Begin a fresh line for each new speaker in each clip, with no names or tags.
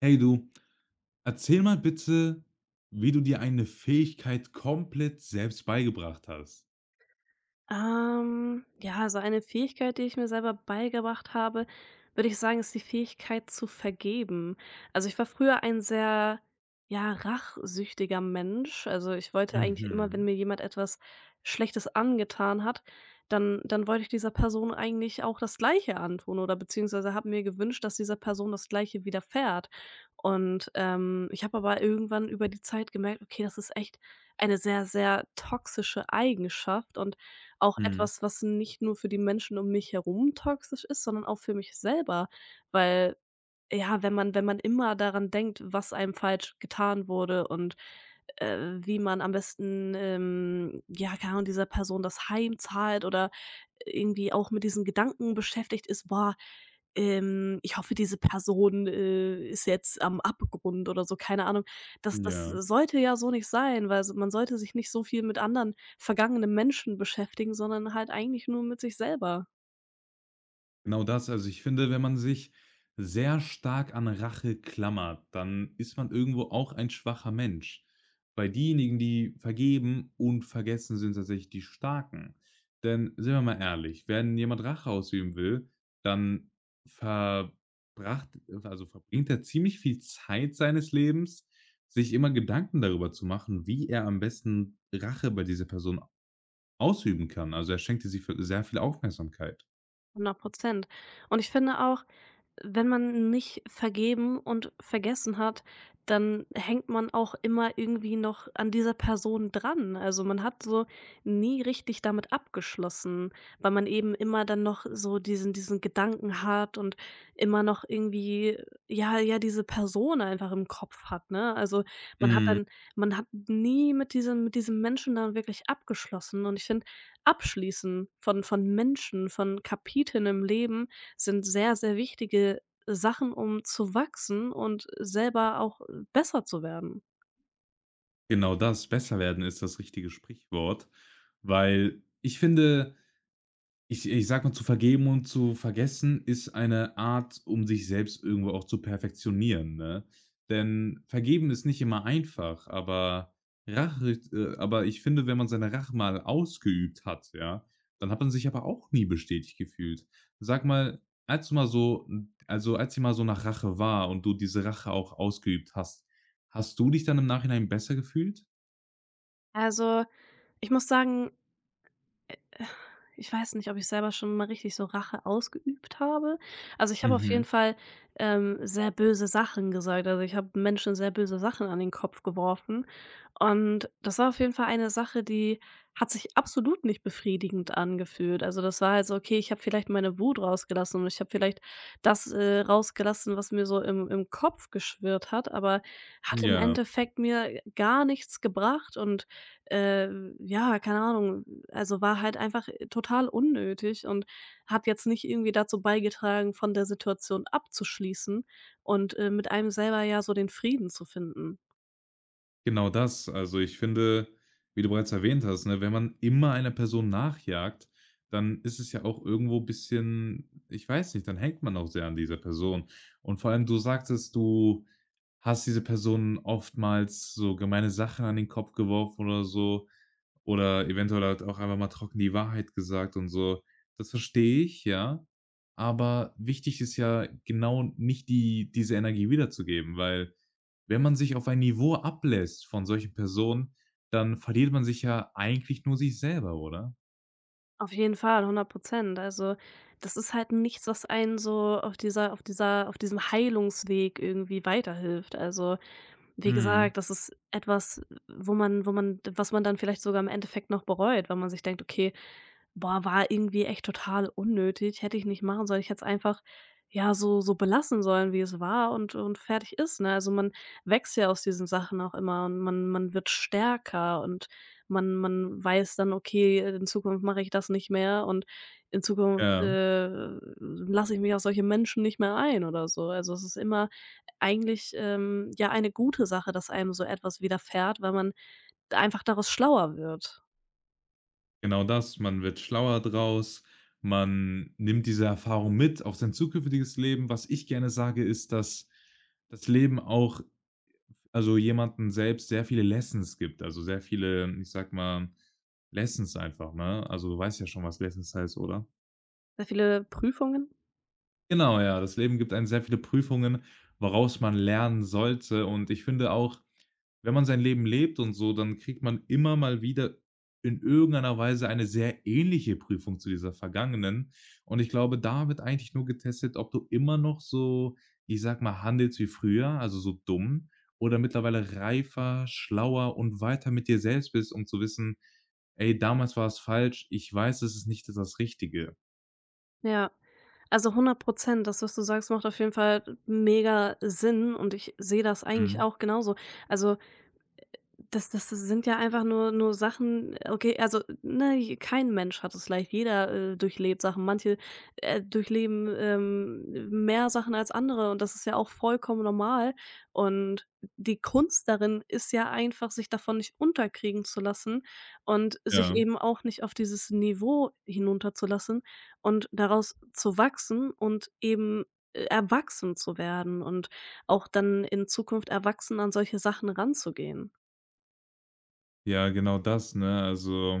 Hey du, erzähl mal bitte, wie du dir eine Fähigkeit komplett selbst beigebracht hast.
Ja, so eine Fähigkeit, die ich mir selber beigebracht habe, würde ich sagen, ist die Fähigkeit zu vergeben. Also ich war früher ein sehr, ja, rachsüchtiger Mensch. Also ich wollte eigentlich immer, wenn
Mhm,
mir jemand etwas Schlechtes angetan hat, dann wollte ich dieser Person eigentlich auch das Gleiche antun oder beziehungsweise habe mir gewünscht, dass dieser Person das Gleiche widerfährt. Und ich habe aber irgendwann über die Zeit gemerkt, okay, das ist echt eine sehr, sehr toxische Eigenschaft und auch
mhm.
etwas, was nicht nur für die Menschen um mich herum toxisch ist, sondern auch für mich selber, weil ja, wenn man immer daran denkt, was einem falsch getan wurde und, wie man am besten, ja, keine Ahnung, dieser Person das heimzahlt oder irgendwie auch mit diesen Gedanken beschäftigt ist: „Boah, ich hoffe, diese Person, ist jetzt am Abgrund" oder so, keine Ahnung. Das
Ja.
sollte ja so nicht sein, weil s man sollte sich nicht so viel mit anderen vergangenen Menschen beschäftigen, sondern halt eigentlich nur mit sich selber.
Genau das. Also, ich finde, wenn man sich sehr stark an Rache klammert, dann ist man irgendwo auch ein schwacher Mensch. Weil diejenigen, die vergeben und vergessen, sind tatsächlich die Starken. Denn sind wir mal ehrlich, wenn jemand Rache ausüben will, dann verbringt er ziemlich viel Zeit seines Lebens, sich immer Gedanken darüber zu machen, wie er am besten Rache bei dieser Person ausüben kann. Also, er schenkt ihr sie viel sehr viel Aufmerksamkeit.
100%. Und ich finde auch, wenn man nicht vergeben und vergessen hat, dann hängt man auch immer irgendwie noch an dieser Person dran. Also, man hat so nie richtig damit abgeschlossen, weil man eben immer dann noch so diesen Gedanken hat und immer noch irgendwie, ja, ja, diese Person einfach im Kopf hat, ne? Also, man hat
Mhm.
dann man hat nie mit diesem Menschen dann wirklich abgeschlossen und ich finde, Abschließen von Menschen, von Kapiteln im Leben sind sehr, sehr wichtige Sachen, um zu wachsen und selber auch besser zu werden.
Genau das, besser werden ist das richtige Sprichwort, weil ich sag mal, zu vergeben und zu vergessen ist eine Art, um sich selbst irgendwo auch zu perfektionieren, ne? Denn vergeben ist nicht immer einfach, aber Rache aber ich finde, wenn man seine Rache mal ausgeübt hat, ja, dann hat man sich aber auch nie bestätigt gefühlt. Sag mal, also, als dir mal so nach Rache war und du diese Rache auch ausgeübt hast, hast du dich dann im Nachhinein besser gefühlt?
Also, ich muss sagen, ich weiß nicht, ob ich selber schon mal richtig so Rache ausgeübt habe. Also, ich habe auf
Mhm.
jeden Fall, sehr böse Sachen gesagt. Also, ich habe Menschen sehr böse Sachen an den Kopf geworfen und das war auf jeden Fall eine Sache, die hat sich absolut nicht befriedigend angefühlt. Also, das war halt so: Okay, ich habe vielleicht meine Wut rausgelassen und ich habe vielleicht das, rausgelassen, was mir so im Kopf geschwirrt hat, aber hat im
Ja,
Endeffekt mir gar nichts gebracht und ja, keine Ahnung. Also, war halt einfach total unnötig und hat jetzt nicht irgendwie dazu beigetragen, von der Situation abzuschließen und, mit einem selber ja so den Frieden zu finden.
genau das. Also, ich finde, wie du bereits erwähnt hast, ne, wenn man immer einer Person nachjagt, dann ist es ja auch irgendwo ein bisschen, ich weiß nicht, dann hängt man auch sehr an dieser Person. Und vor allem, du sagtest, du hast diese Person oftmals so gemeine Sachen an den Kopf geworfen oder so oder eventuell halt auch einfach mal trocken die Wahrheit gesagt und so. Das verstehe ich, ja, aber wichtig ist ja genau nicht diese Energie wiederzugeben, weil, wenn man sich auf ein Niveau ablässt von solchen Personen, dann verliert man sich ja eigentlich nur sich selber, oder?
Auf jeden Fall, 100%. Also, das ist halt nichts, was einen so auf diesem Heilungsweg irgendwie weiterhilft. Also, wie
Mhm.
gesagt, das ist etwas, wo man was man dann vielleicht sogar im Endeffekt noch bereut, weil man sich denkt: „Okay, boah, war irgendwie echt total unnötig, hätte ich nicht machen sollen. Ich hätte es einfach, ja, so belassen sollen, wie es war und fertig ist", ne? Also, man wächst ja aus diesen Sachen auch immer und man wird stärker und man weiß dann: „Okay, in Zukunft mache ich das nicht mehr und in Zukunft,
Ja,
lasse ich mich auf solche Menschen nicht mehr ein" oder so. Also, es ist immer eigentlich, ja, eine gute Sache, dass einem so etwas widerfährt, weil man einfach daraus schlauer wird.
genau das. Man wird schlauer draus. Man nimmt diese Erfahrung mit auf sein zukünftiges Leben. Was ich gerne sage, ist, dass das Leben auch, also jemanden selbst sehr viele Lessons gibt. Also sehr viele, ich sag mal, Lessons einfach, ne? Also du weißt ja schon, was Lessons heißt, oder?
Sehr viele Prüfungen,
Genau, ja. Das Leben gibt einem sehr viele Prüfungen, woraus man lernen sollte. Und ich finde auch, wenn man sein Leben lebt und so, dann kriegt man immer mal wieder in irgendeiner Weise eine sehr ähnliche Prüfung zu dieser vergangenen. Und ich glaube, da wird eigentlich nur getestet, ob du immer noch so, ich sag mal, handelst wie früher, also so dumm, oder mittlerweile reifer, schlauer und weiter mit dir selbst bist, um zu wissen: „Ey, damals war es falsch. Ich weiß, es ist nicht das Richtige.“
ja. Also, 100%. Das, was du sagst, macht auf jeden Fall mega Sinn und ich sehe das eigentlich
Mhm.
auch genauso. Also, das sind ja einfach nur Sachen. Okay, also, ne, kein Mensch hat es leicht. Jeder, durchlebt Sachen. Manche, durchleben, mehr Sachen als andere und das ist ja auch vollkommen normal. Und die Kunst darin ist ja einfach, sich davon nicht unterkriegen zu lassen und sich
Ja.
eben auch nicht auf dieses Niveau hinunterzulassen und daraus zu wachsen und eben, erwachsen zu werden und auch dann in Zukunft erwachsen an solche Sachen ranzugehen.
Ja, genau das, ne? Also,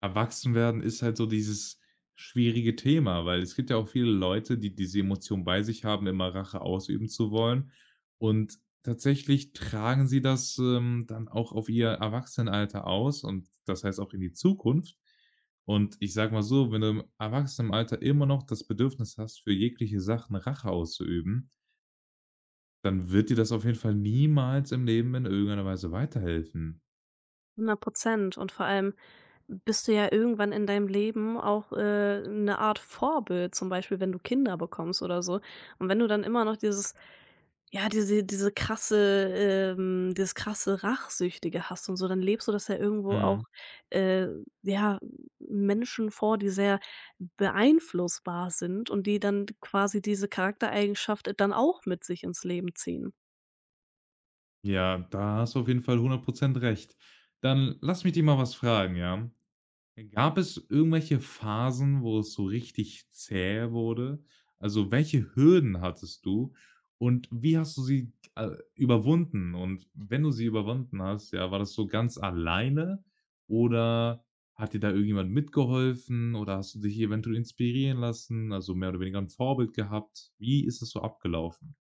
erwachsen werden ist halt so dieses schwierige Thema, weil es gibt ja auch viele Leute, die diese Emotion bei sich haben, immer Rache ausüben zu wollen. Und tatsächlich tragen sie das, dann auch auf ihr Erwachsenenalter aus und das heißt auch in die Zukunft. Und ich sage mal so, wenn du im Erwachsenenalter immer noch das Bedürfnis hast, für jegliche Sachen Rache auszuüben, dann wird dir das auf jeden Fall niemals im Leben in irgendeiner Weise weiterhelfen.
100%. Und vor allem bist du ja irgendwann in deinem Leben auch, 'ne Art Vorbild, zum Beispiel, wenn du Kinder bekommst oder so. Und wenn du dann immer noch dieses, ja, dieses krasse Rachsüchtige hast und so, dann lebst du das ja irgendwo auch,
Mhm.
äh, ja, Menschen vor, die sehr beeinflussbar sind und die dann quasi diese Charaktereigenschaft dann auch mit sich ins Leben ziehen.
Ja, da hast du auf jeden Fall hundert Prozent recht. Dann lass mich dich mal was fragen, ja? Gab es irgendwelche Phasen, wo es so richtig zäh wurde? Also, welche Hürden hattest du und wie hast du sie, überwunden? Und wenn du sie überwunden hast, ja, war das so ganz alleine oder hat dir da irgendjemand mitgeholfen oder hast du dich eventuell inspirieren lassen, also mehr oder weniger ein Vorbild gehabt? Wie ist das so abgelaufen?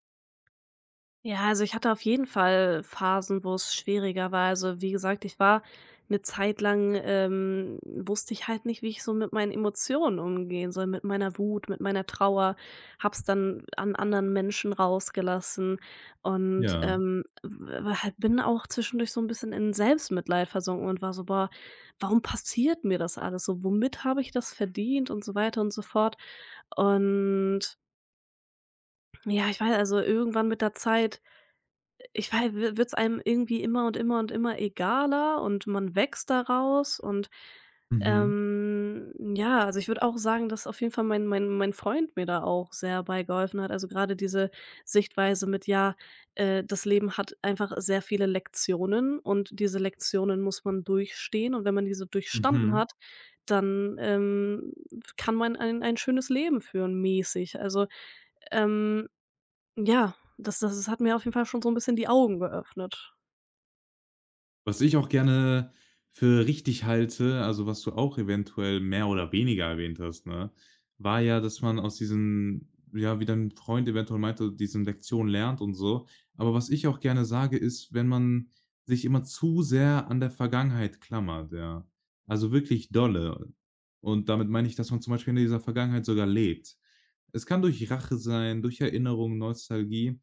Ja, also ich hatte auf jeden Fall Phasen, wo es schwieriger war. Also wie gesagt, ich war eine Zeit lang wusste ich halt nicht, wie ich so mit meinen Emotionen umgehen soll, mit meiner Wut, mit meiner Trauer, hab's dann an anderen Menschen rausgelassen und,
Ja.
w halt bin auch zwischendurch so ein bisschen in Selbstmitleid versunken und war so: „Boah, warum passiert mir das alles so? Womit habe ich das verdient?" und so weiter und so fort. Und ja, ich weiß, also irgendwann mit der Zeit, ich weiß, wird es einem irgendwie immer und immer und immer egaler und man wächst daraus und,
Mhm.
ja, also, ich würde auch sagen, dass auf jeden Fall mein Freund mir da auch sehr beigeholfen hat. Also, gerade diese Sichtweise mit, ja, das Leben hat einfach sehr viele Lektionen und diese Lektionen muss man durchstehen und wenn man diese durchstanden
Mhm.
hat, dann, kann man ein schönes Leben führen mäßig. Also, ähm ja, das hat mir auf jeden Fall schon so ein bisschen die Augen geöffnet.
Was ich auch gerne für richtig halte, also, was du auch eventuell mehr oder weniger erwähnt hast, ne, war ja, dass man aus diesen, ja, wie dein Freund eventuell meinte, diesen Lektionen lernt und so. Aber was ich auch gerne sage, ist, wenn man sich immer zu sehr an der Vergangenheit klammert, ja. Also, wirklich dolle. Und damit meine ich, dass man zum Beispiel in dieser Vergangenheit sogar lebt. Es kann durch Rache sein, durch Erinnerung, Nostalgie.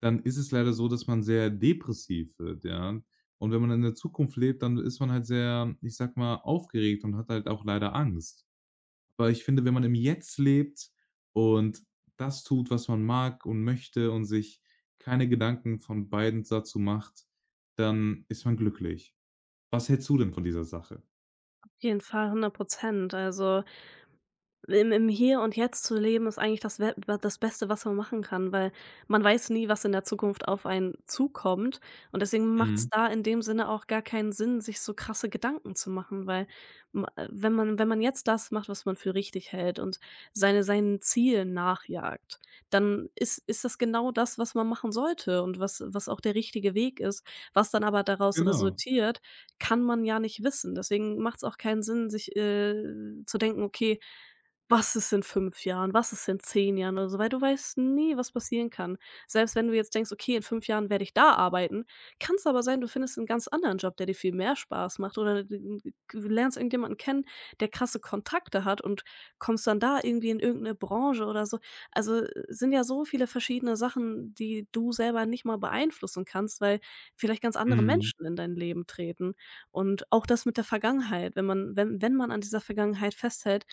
Dann ist es leider so, dass man sehr depressiv wird, ja. Und wenn man in der Zukunft lebt, dann ist man halt sehr, ich sag mal, aufgeregt und hat halt auch leider Angst. Aber ich finde, wenn man im Jetzt lebt und das tut, was man mag und möchte und sich keine Gedanken von beiden dazu macht, dann ist man glücklich. Was hältst du denn von dieser Sache?
Auf jeden Fall hundert Prozent. Also, im Hier und Jetzt zu leben ist eigentlich das Beste, was man machen kann, weil man weiß nie, was in der Zukunft auf einen zukommt und deswegen macht
Mhm.
es da in dem Sinne auch gar keinen Sinn, sich so krasse Gedanken zu machen, weil ma wenn man wenn man jetzt das macht, was man für richtig hält und seinen Zielen nachjagt, dann ist das genau das, was man machen sollte und was auch der richtige Weg ist. Was dann aber daraus
Genau.
resultiert, kann man ja nicht wissen. Deswegen macht es auch keinen Sinn, sich, zu denken: „Okay, was ist in 5 Jahren? Was ist in 10 Jahren oder so? Weil du weißt nie, was passieren kann. Selbst wenn du jetzt denkst: „Okay, in 5 Jahren werde ich da arbeiten", kann es aber sein, du findest einen ganz anderen Job, der dir viel mehr Spaß macht oder d du lernst irgendjemanden kennen, der krasse Kontakte hat und kommst dann da irgendwie in irgendeine Branche oder so. Also, sind ja so viele verschiedene Sachen, die du selber nicht mal beeinflussen kannst, weil vielleicht ganz andere
Mhm.
Menschen in dein Leben treten. Und auch das mit der Vergangenheit, wenn man an dieser Vergangenheit festhält,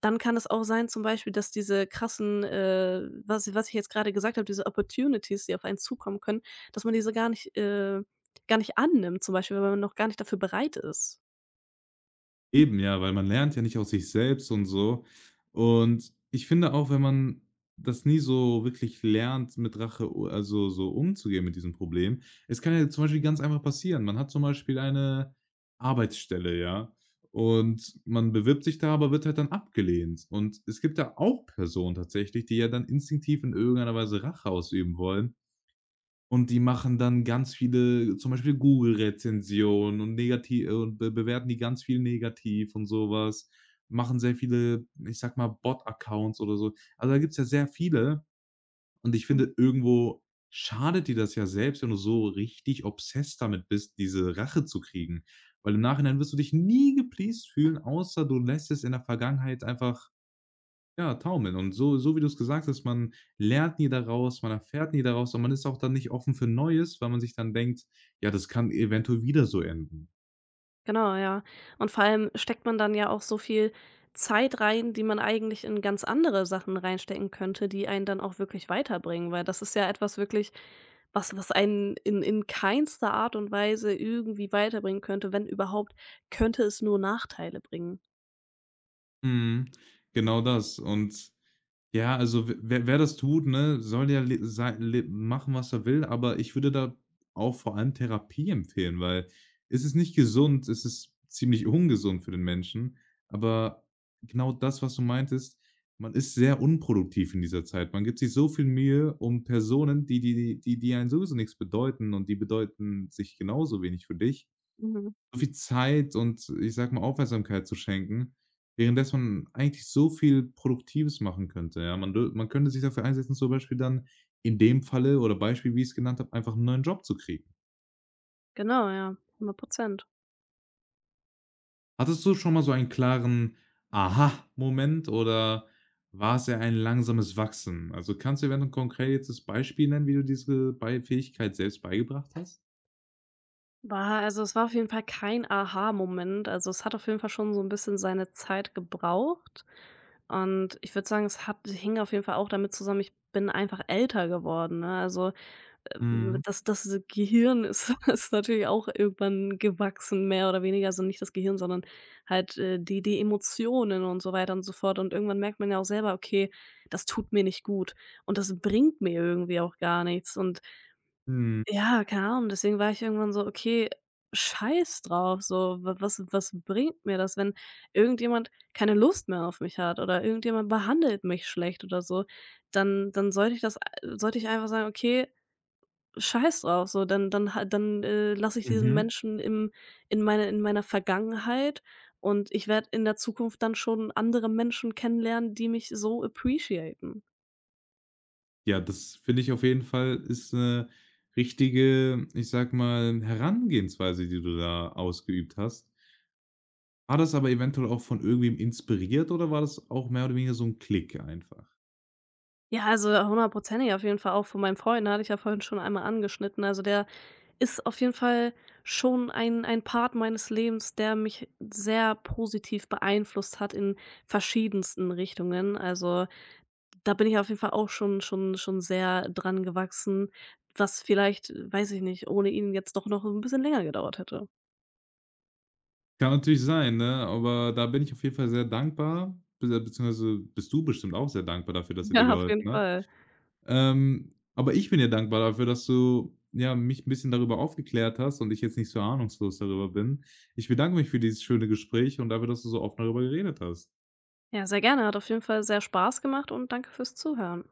dann kann es auch sein zum Beispiel, dass diese krassen, was ich jetzt gerade gesagt habe, diese Opportunities, die auf einen zukommen können, dass man diese gar nicht annimmt, zum Beispiel, weil man noch gar nicht dafür bereit ist.
Eben, ja, weil man lernt ja nicht aus sich selbst und so. Und ich finde auch, wenn man das nie so wirklich lernt, mit Rache u also, so umzugehen mit diesem Problem. Es kann ja zum Beispiel ganz einfach passieren. Man hat zum Beispiel eine Arbeitsstelle, ja, und man bewirbt sich da, aber wird halt dann abgelehnt. Und es gibt da auch Personen tatsächlich, die ja dann instinktiv in irgendeiner Weise Rache ausüben wollen und die machen dann ganz viele zum Beispiel Google-Rezensionen und negativ und be bewerten die ganz viel negativ und sowas, machen sehr viele, ich sag mal, Bot-Accounts oder so. Also, da gibt's ja sehr viele und ich
Mhm.
finde, irgendwo schadet dir das ja selbst, wenn du so richtig obsessed damit bist, diese Rache zu kriegen, weil im Nachhinein wirst du dich nie gepleased fühlen, außer du lässt es in der Vergangenheit einfach, ja, taumeln. Und so wie du es gesagt hast, man lernt nie daraus, man erfährt nie daraus und man ist auch dann nicht offen für Neues, weil man sich dann denkt: „Ja, das kann eventuell wieder so enden.“
Genau, ja. Und vor allem steckt man dann ja auch so viel Zeit rein, die man eigentlich in ganz andere Sachen reinstecken könnte, die einen dann auch wirklich weiterbringen, weil das ist ja etwas wirklich, was einen in keinster Art und Weise irgendwie weiterbringen könnte. Wenn überhaupt, könnte es nur Nachteile bringen.
Mhm, genau das. Und ja, also w wer wer das tut, ne, soll ja le sei le machen, was er will, aber ich würde da auch vor allem Therapie empfehlen, weil es ist nicht gesund, es ist ziemlich ungesund für den Menschen, aber genau das, was du meintest, man ist sehr unproduktiv in dieser Zeit. Man gibt sich so viel Mühe um Personen, die einen sowieso nichts bedeuten und die bedeuten sich genauso wenig für dich.
Mhm.
So viel Zeit und, ich sag mal, Aufmerksamkeit zu schenken, währenddessen man eigentlich so viel Produktives machen könnte, ja? Man könnte sich dafür einsetzen, zum Beispiel dann in dem Falle oder Beispiel, wie ich es genannt habe, einfach einen neuen Job zu kriegen.
Genau, ja, 100%.
Hattest du schon mal so einen klaren Aha-Moment oder war es eher ein langsames Wachsen? Also, kannst du eventuell 'n konkretes Beispiel nennen, wie du diese bei Fähigkeit selbst beigebracht hast?
Es war auf jeden Fall kein Aha-Moment. Also, es hat auf jeden Fall schon so ein bisschen seine Zeit gebraucht und ich würde sagen, es hat hing auf jeden Fall auch damit zusammen, ich bin einfach älter geworden, ne? Also,
Mhm.
das Gehirn ist ist natürlich auch irgendwann gewachsen, mehr oder weniger. Also, nicht das Gehirn, sondern halt, die Emotionen und so weiter und so fort und irgendwann merkt man ja auch selber: „Okay, das tut mir nicht gut und das bringt mir irgendwie auch gar nichts." Und
Mhm.
ja, keine Ahnung, deswegen war ich irgendwann so: „Okay, scheiß drauf, so, wa was was bringt mir das, wenn irgendjemand keine Lust mehr auf mich hat oder irgendjemand behandelt mich schlecht oder so, dann sollte ich einfach sagen: „Okay, scheiß drauf, so, dann lasse ich diesen
Mhm.
Menschen im in meine in meiner Vergangenheit und ich werde in der Zukunft dann schon andere Menschen kennenlernen, die mich so appreciaten."
Ja, das finde ich auf jeden Fall ist 'ne richtige, ich sag mal, Herangehensweise, die du da ausgeübt hast. War das aber eventuell auch von irgendwem inspiriert oder war das auch mehr oder weniger so ein Klick einfach?
Ja, also hundertprozentig auf jeden Fall auch von meinem Freund, ne, hatte ich ja vorhin schon einmal angeschnitten. Also, der ist auf jeden Fall schon ein Part meines Lebens, der mich sehr positiv beeinflusst hat in verschiedensten Richtungen. Also, da bin ich auf jeden Fall auch schon sehr dran gewachsen, was vielleicht, weiß ich nicht, ohne ihn jetzt doch noch ein bisschen länger gedauert hätte.
Kann natürlich sein, ne, aber da bin ich auf jeden Fall sehr dankbar, be beziehungsweise bist du bestimmt auch sehr dankbar dafür, dass er dir
Ja, auf jeden
geholfen hat.
Fall.
Aber ich bin dir dankbar dafür, dass du, ja, mich ein bisschen darüber aufgeklärt hast und ich jetzt nicht so ahnungslos darüber bin. Ich bedanke mich für dieses schöne Gespräch und dafür, dass du so offen darüber geredet hast.
Ja, sehr gerne. Hat auf jeden Fall sehr Spaß gemacht und danke fürs Zuhören.